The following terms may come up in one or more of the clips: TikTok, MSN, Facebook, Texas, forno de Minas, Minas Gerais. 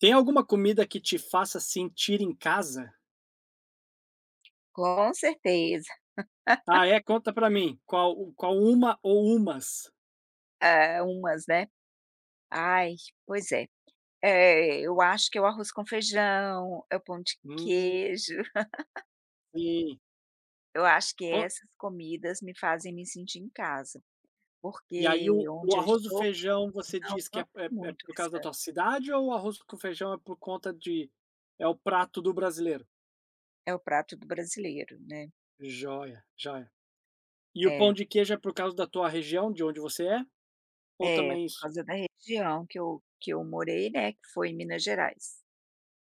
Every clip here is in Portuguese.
Tem alguma comida que te faça sentir em casa? Com certeza. Ah, é? Conta pra mim, qual uma ou umas? Ah, umas, né. Ai, pois é. Eu acho que é o arroz com feijão, é o pão de Hum, queijo, sim. eu acho que Co essas comidas me fazem me sentir em casa, e aí porque o onde eu arroz do estou feijão você não, diz que não é tem é é muito por causa da essa. tua cidade ou o arroz com feijão é por conta de. É o prato do brasileiro? É o prato do brasileiro, né. Joia, joia. E o É, pão de queijo é por causa da tua região, de onde você é? Ou é, também por isso? causa da região que eu morei, né, que foi em Minas Gerais.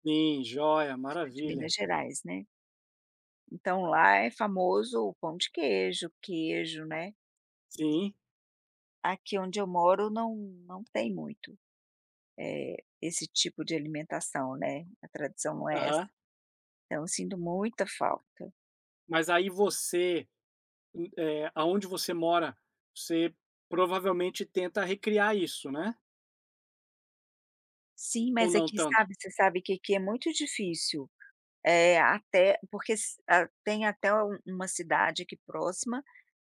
Sim, joia, Eu sou de Minas maravilha. Gerais, né. Então lá é famoso o pão de queijo, queijo, né. Sim, Aqui onde eu moro não tem muito, eh, esse tipo de alimentação, né, a tradição não é essa. aham. Então eu sinto muita falta. Mas aí aonde você mora, você provavelmente tenta recriar isso, né? Sim, Ou mas não aqui tanto? você sabe que aqui é muito difícil, até porque tem até uma cidade aqui próxima,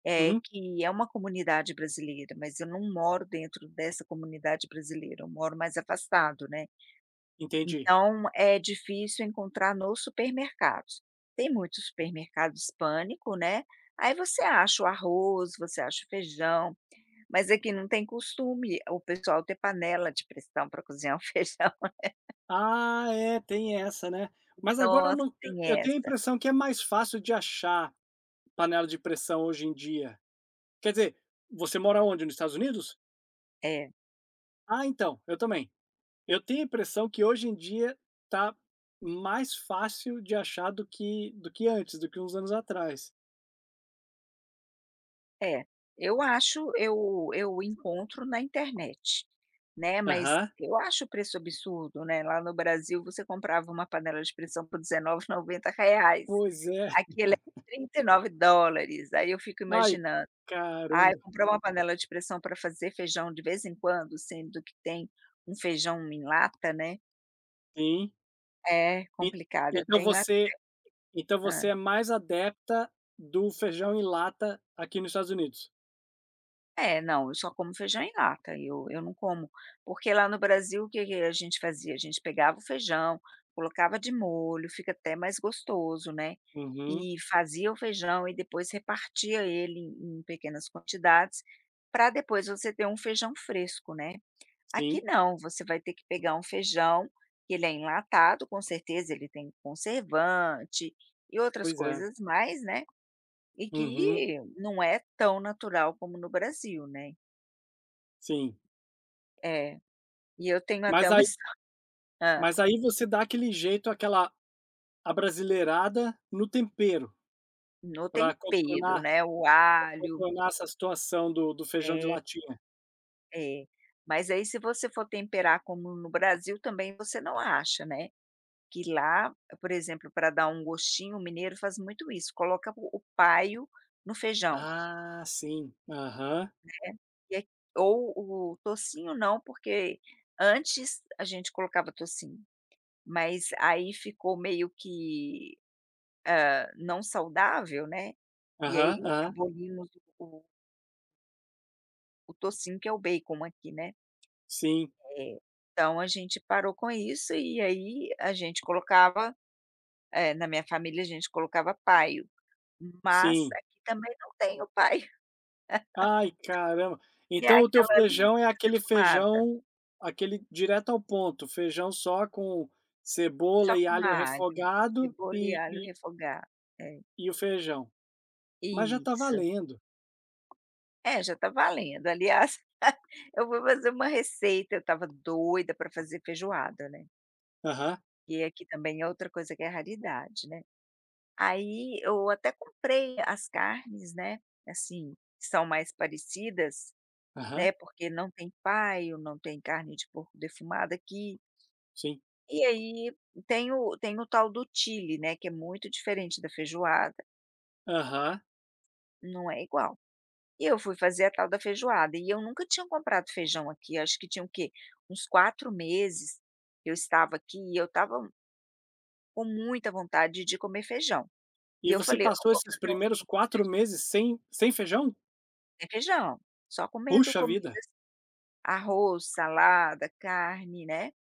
é Uhum, que é uma comunidade brasileira, mas eu não moro dentro dessa comunidade brasileira, eu moro mais afastado, né. entendi. Então, é difícil encontrar nos supermercados. Tem muitos supermercados hispânico, né, aí você acha o arroz, você acha o feijão, mas aqui não tem costume o pessoal ter panela de pressão para cozinhar o feijão. Ah, é, tem essa, né? Mas agora eu Nossa, não, eu tem eu tenho a essa. impressão que é mais fácil de achar panela de pressão hoje em dia. Quer dizer, você mora onde? Nos Estados Unidos? É, Ah, então, eu também. Eu tenho a impressão que hoje em dia tá mais fácil de achar do que antes, do que uns anos atrás. é. Eu acho eu encontro na internet, né, mas Aham. eu acho o preço absurdo, né, lá no Brasil você comprava uma panela de pressão por R$ 19,90. Pois é. Aqui ele é US$ 39, aí eu fico Ai, imaginando, ai caramba. comprar uma panela de pressão para fazer feijão de vez em quando, sendo que tem um feijão em lata, né, Sim. é E complicado, eu então tenho a você então hã. você é mais adepta do feijão em lata aqui nos Estados Unidos? É, não, eu só como feijão em lata, eu não como porque lá no Brasil o que que a gente fazia? A gente pegava o feijão, colocava de molho, fica até mais gostoso, né, Uhum, e fazia o feijão e depois repartia ele em pequenas quantidades, para depois você ter um feijão fresco, né. Aqui sim, não, você vai ter que pegar um feijão, que ele é enlatado, com certeza ele tem conservante e outras pois é. coisas mais, né, e Uhum, que não é tão natural como no Brasil, né. sim. É, e eu tenho até Mas uma aí histó hã. mas aí você dá aquele jeito, aquela abrasileirada no tempero, No para tempero, contornar né, o pra alho contornar essa situação do feijão de é, latinha. é. Mas aí se você for temperar como no Brasil também você não acha, né, que lá, por exemplo, para dar um gostinho, o mineiro faz muito isso, coloca o paio no feijão. Ah, sim. Aham, É. E a ou o tocinho não, porque antes a gente colocava tocinho, mas aí ficou meio que, não saudável, né, e aham, aí aham. abolimos o o tocinho, que é o bacon aqui, né. Sim, É. Então a gente parou com isso e aí a gente colocava eh, na minha família a gente colocava paio, mas sim. aqui também não tem o paio, Ai, caramba. e é Então o teu aquela linguiça feijão é aquele defumada, feijão aquele direto ao ponto, feijão só com só cebola e com alho alho, refogado cebola e e alho e refogado. É. e o feijão. Mas já tá Isso. valendo. É, já tá valendo. Aliás, eu vou fazer uma receita, eu estava doida para fazer feijoada, né, Aham, e aqui também é outra coisa que é raridade, né. Aí eu até comprei as carnes, né, assim, que são mais parecidas, aham, né, porque não tem paio, não tem carne de porco defumada aqui. sim. E aí tem o tal do chile, né, que é muito diferente da feijoada, Aham. não é igual. E eu fui fazer a tal da feijoada, e eu nunca tinha comprado feijão aqui, acho que tinha o quê? Uns 4 meses eu estava aqui e eu estava com muita vontade de comer feijão. E E eu você falei: "Eu não passou vou esses fazer um primeiros 4 simples meses sem feijão? feijão, só comendo Puxa vida, comida arroz, salada, carne, né,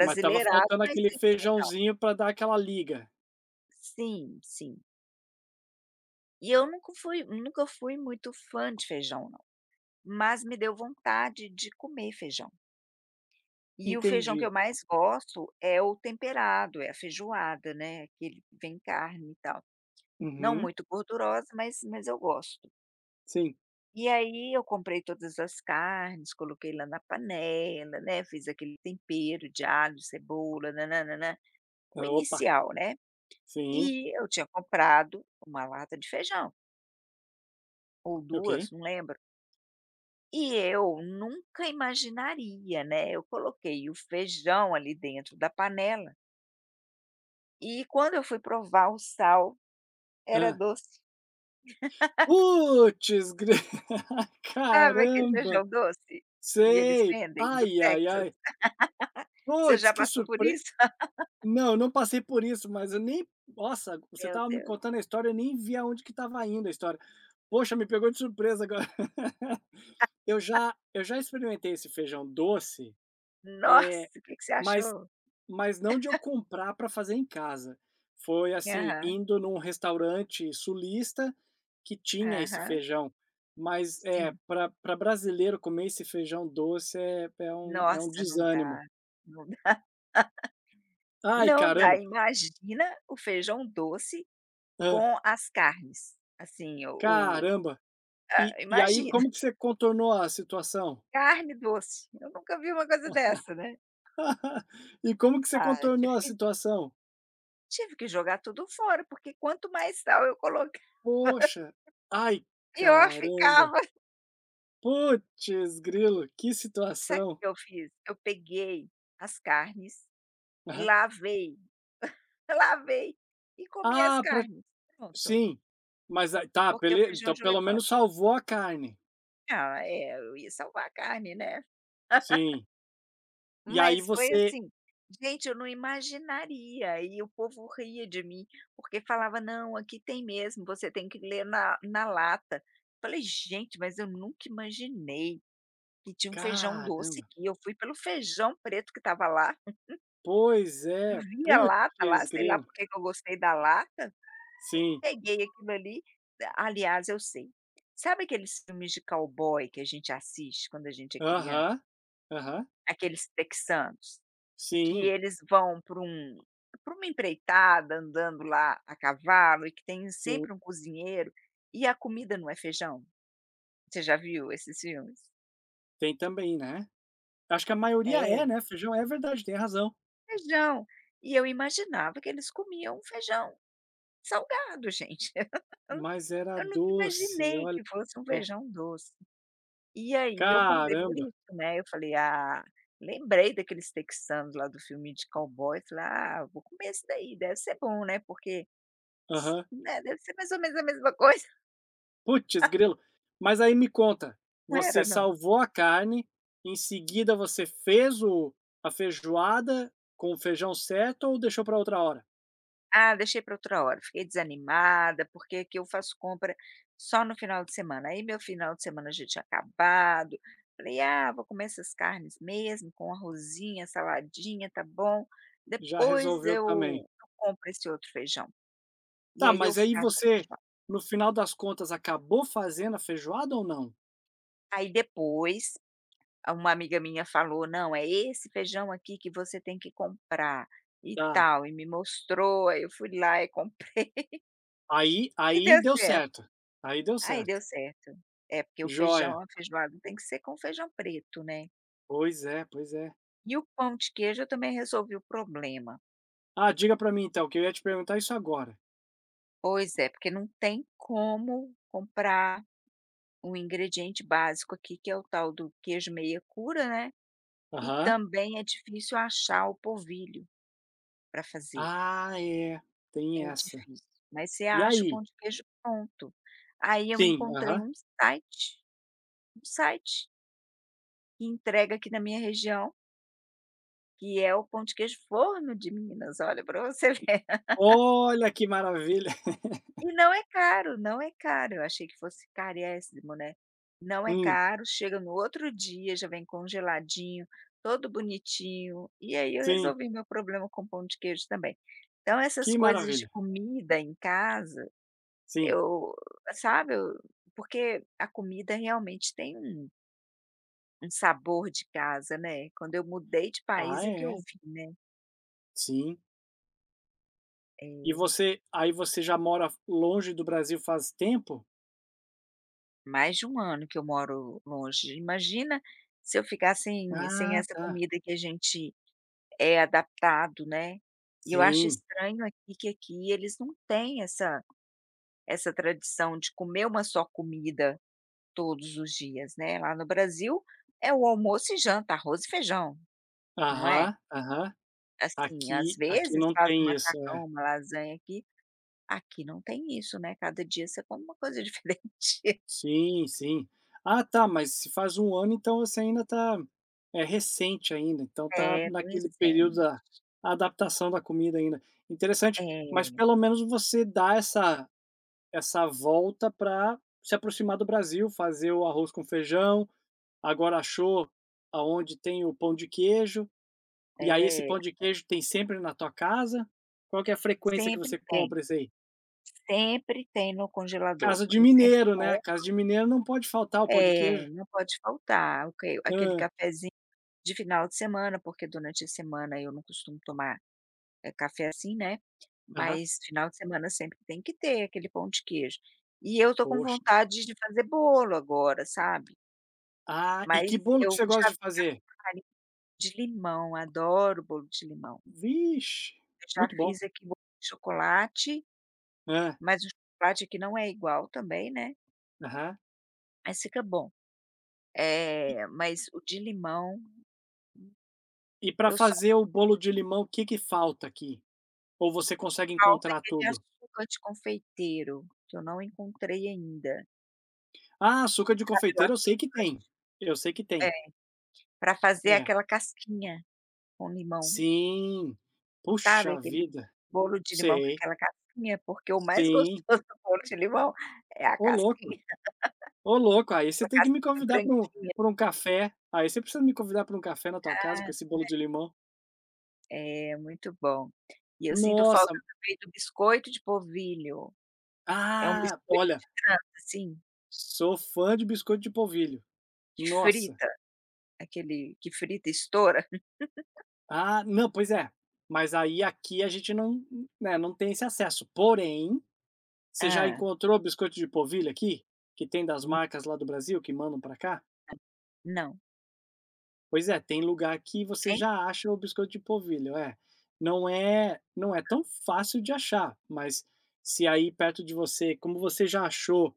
mas estava faltando mas aquele sem feijão". feijãozinho para dar aquela liga. Sim, sim. E eu nunca fui muito fã de feijão não, mas me deu vontade de comer feijão. E o feijão que Entendi. eu mais gosto é o temperado, é a feijoada, né, que ele vem carne e tal. Não Uhum, muito gordurosa, mas eu gosto. sim. E aí eu comprei todas as carnes, coloquei lá na panela, né, fiz aquele tempero de alho, cebola, nananana o Ah, opa, inicial, né. sim, E eu tinha comprado uma lata de feijão, ou ok. duas não lembro. E eu nunca imaginaria, né, eu coloquei o feijão ali dentro da panela. E quando eu fui provar o sal, era Hã. doce. Puts gre Sabe aquele caramba, feijão doce que eles sei. vendem do Ai, ai, Texas? ai. Você Puts, já que passou por surpresa! isso? Não, eu não passei por isso, mas eu nem nossa, você Meu estava me Deus. contando a história, eu nem vi aonde que estava indo a história. Poxa, me pegou de surpresa agora. Eu já experimentei esse feijão doce, eh, Nossa, o que que você mas achou? Mas não de eu comprar para fazer em casa. Foi, assim, Aham, indo num restaurante sulista que tinha esse aham, feijão. Mas, é, sim. para pra brasileiro comer esse feijão doce é um Nossa, não dá, desânimo. não dá. Ai, Não dá, caramba! imagina o feijão doce Hã. com as carnes, assim, Caramba! E e aí, imagina, como que você contornou a situação? carne doce. Eu nunca vi uma coisa dessa, né. E como que você Ah, eu contornou a tive situação? Tive que jogar tudo fora, porque quanto mais sal eu colocava, Poxa! Ai, pior caramba! ficava. Putz grilo, que Sabe o situação! que eu fiz? Eu peguei as carnes e Aham. lavei, lavei e comi as Ah, para carnes. Pronto, Sim, mas a tá, porque o bele feijão eu então joguei pelo fora. menos salvou a carne. Ah, é, eu ia salvar a carne, né. Sim. E aí Mas foi você assim, gente, eu não imaginaria e o povo ria de mim, porque falava: "Não, aqui tem mesmo, você tem que ler na lata". Falei: "Gente, mas eu nunca imaginei". E tinha um feijão doce caramba, que eu fui pelo feijão preto que estava lá, pois é, vi a lata lá, putz sei lá grilo. por que que eu gostei da lata, Sim, peguei aquilo ali aliás, eu sei. Sabe aqueles filmes de cowboy que a gente assiste quando a gente é criança? aham, aham. Aqueles texanos, que Sim, eles vão para uma empreitada andando lá a cavalo e que tem sim, sempre um cozinheiro e a comida não é feijão? Você já viu esses filmes? tem também, né. Acho que a maioria é, É, né, feijão é verdade, tem razão. feijão. E eu imaginava que eles comiam um feijão. Salgado, gente. Eu Mas era eu nunca doce, imaginei olha que fosse um só. feijão doce. E aí eu comprei por Caramba. isso, né, eu falei: "Ah", lembrei daqueles texanos lá do filme de cowboy, falei: "Ah, vou comer esse daí, deve ser bom, né, porque, Aham. né, deve ser mais ou menos a mesma coisa". Putz grilo. Mas aí me conta, Não era você não. salvou a carne, em seguida você fez o a feijoada com o feijão certo ou deixou para outra hora? Ah, deixei para outra hora, fiquei desanimada, porque aqui eu faço compra só no final de semana, aí meu final de semana já tinha acabado, falei: "Ah, vou comer essas carnes mesmo, com arrozinho, saladinha, tá bom, Já depois resolveu eu também. eu compro esse outro feijão", e Tá, aí eu mas aí faço a você, feijoada. no final das contas, acabou fazendo a feijoada ou não? Aí depois, uma amiga minha falou: "Não, é esse feijão aqui que você tem que comprar", e Tá. tal, e me mostrou, aí eu fui lá e comprei Aí e aí deu deu certo. certo, aí deu Aí deu certo. certo. É, porque o feijão, Joia. a feijoada tem que ser com feijão preto, né. Pois é, pois é. E o pão de queijo eu também resolvi o problema. Ah, diga pra mim então, que eu ia te perguntar isso agora. Pois é, porque não tem como comprar um ingrediente básico aqui, que é o tal do queijo meia cura, né, e Aham. também é difícil achar o polvilho para fazer, Ah, é, é tem essa. difícil. Mas você E acha o aí? pão de queijo pronto. Aí eu Sim, encontrei aham. um site, um site que entrega aqui na minha região. Que é o pão de queijo forno de Minas, olha, para você ver. Olha que maravilha. E não é caro, não é caro, eu achei que fosse carésimo, né. Não é Hum, caro, chega no outro dia, já vem congeladinho, todo bonitinho, e aí eu sim, resolvi meu problema com pão de queijo também. Então essas que coisas de maravilha. comida em casa, Sim. eu sabe, eu porque a comida realmente tem um sabor de casa, né. Quando eu mudei de Ah, país é que eu é. vi, né. Sim. E É. você aí você já mora longe do Brasil faz tempo? Mais de um ano que eu moro longe. Imagina se eu ficar sem Ah, essa tá. comida que a gente é adaptado, né. E eu acho Sim. estranho aqui que aqui eles não têm essa tradição de comer uma só comida todos os dias, né. Lá no Brasil é o almoço e janta, arroz e feijão, não é? Aham, aham. Assim, às Aqui vezes não faz um tem isso, é. macarrão, uma lasanha aqui. Aqui não tem isso, né, cada dia você come uma coisa diferente. Sim, sim. Ah, tá, mas se faz um ano, então você ainda tá é recente ainda, então tá É, do naquele período da adaptação da comida ainda. Interessante, mas É, pelo menos você dá essa volta para se aproximar do Brasil, fazer o arroz com feijão, agora achou aonde tem o pão de queijo, e aí esse é. pão de queijo tem sempre na tua casa? Qual que é a frequência que Sempre você tem, compra esse aí? sempre tem no congelador. Casa de Eu sempre mineiro, né, compro. casa de mineiro não pode faltar o pão de É, queijo. não pode faltar. Ok, aquele Ah, cafezinho de final de semana, porque durante a semana eu não costumo tomar, café assim, né, aham. mas final de semana sempre tem que ter aquele pão de queijo. E eu tô com Poxa. vontade de fazer bolo agora, sabe, Ah, e mas que bolo que eu você gosta já de vi fazer? farinha de limão, adoro bolo de limão. Vixe, Eu já muito bom. fiz aqui bolo de chocolate, Ah, mas o chocolate aqui não é igual também, né, aham. mas fica bom. E É, mas o de limão, e pra eu só fazer o bolo de limão, o que que falta aqui? Ou você consegue falta encontrar aquele tudo? açúcar de confeiteiro, que eu não encontrei ainda. Ah, açúcar de confeiteiro eu sei que tem, eu sei que É, tem. pra fazer É. aquela casquinha com limão, Sim. sabe Puxa aquele vida. bolo de limão com Sei. aquela casquinha, porque o mais Sim. gostoso do bolo de limão é a Ô louco, casquinha, ô louco, aí você aquela tem que me casquinha convidar para um branquinha. pra um café, aí você precisa me convidar para um café na tua casa com esse bolo de limão. É, muito bom. E eu sinto falta Nossa. também do biscoito de polvilho, é um Ah, biscoito olha, de trança, assim, sou fã de biscoito de polvilho. que Nossa. frita, aquele que frita e estoura. Ah, não, pois é, mas aí aqui a gente não, né, não tem esse acesso, porém. Você já Ah. encontrou biscoito de polvilho aqui? Que tem das marcas lá do Brasil que mandam pra cá? Não, Pois é, tem lugar que você nem já acha o biscoito de polvilho, é. Não é tão fácil de achar, mas se aí perto de você como você já achou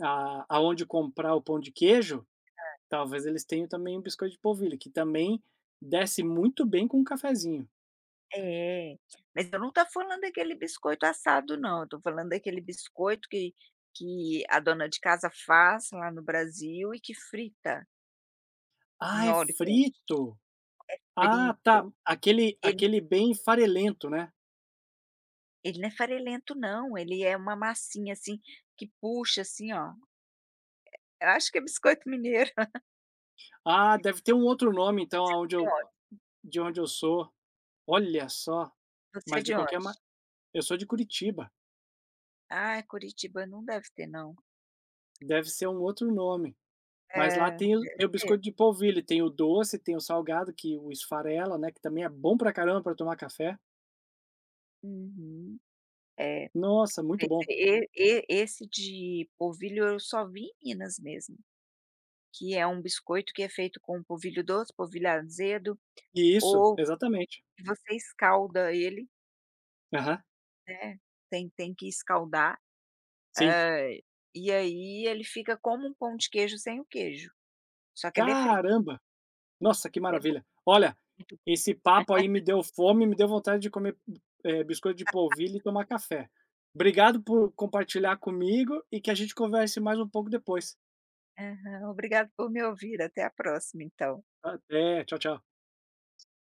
a aonde comprar o pão de queijo, talvez eles tenham também um biscoito de polvilho, que também desce muito bem com um cafezinho. é, mas eu não estou falando daquele biscoito assado não, eu tô falando daquele biscoito que a dona de casa faz lá no Brasil e que frita em Ah, é óleo quente, frito? Ah, tá. frito. Aquele Ele aquele bem farelento, né? ele não é farelento não, ele é uma massinha, assim, que puxa, assim, ó, eu acho que é biscoito mineiro. Ah, deve ter um outro nome então aonde De eu onde? de onde eu sou, olha só, Você é mas de de qualquer ma onde? eu sou de Curitiba, Ah, Curitiba não deve ter não. deve ser um outro nome, mas lá É, tem o deve tem o ter. biscoito de polvilho, tem o doce, tem o salgado que o esfarela, né, que também é bom pra caramba pra tomar café. Uhum. É, Nossa, muito mas bom. e e esse de polvilho eu só vi em Minas mesmo. Que é um biscoito que é feito com um polvilho doce, polvilho azedo, E isso, ou exatamente. que você escalda ele, Aham, né, tem que escaldar, sim. hã, e aí ele fica como um pão de queijo sem o queijo, só que ele é frito, Caramba! Nossa, que ele é bom. maravilha. Olha, Muito esse papo aí me deu fome, me deu vontade de comer, biscoito de polvilho e tomar café. Obrigado por compartilhar comigo e que a gente converse mais um pouco depois. Aham, obrigado por me ouvir, até a próxima então. Até. Tchau, tchau.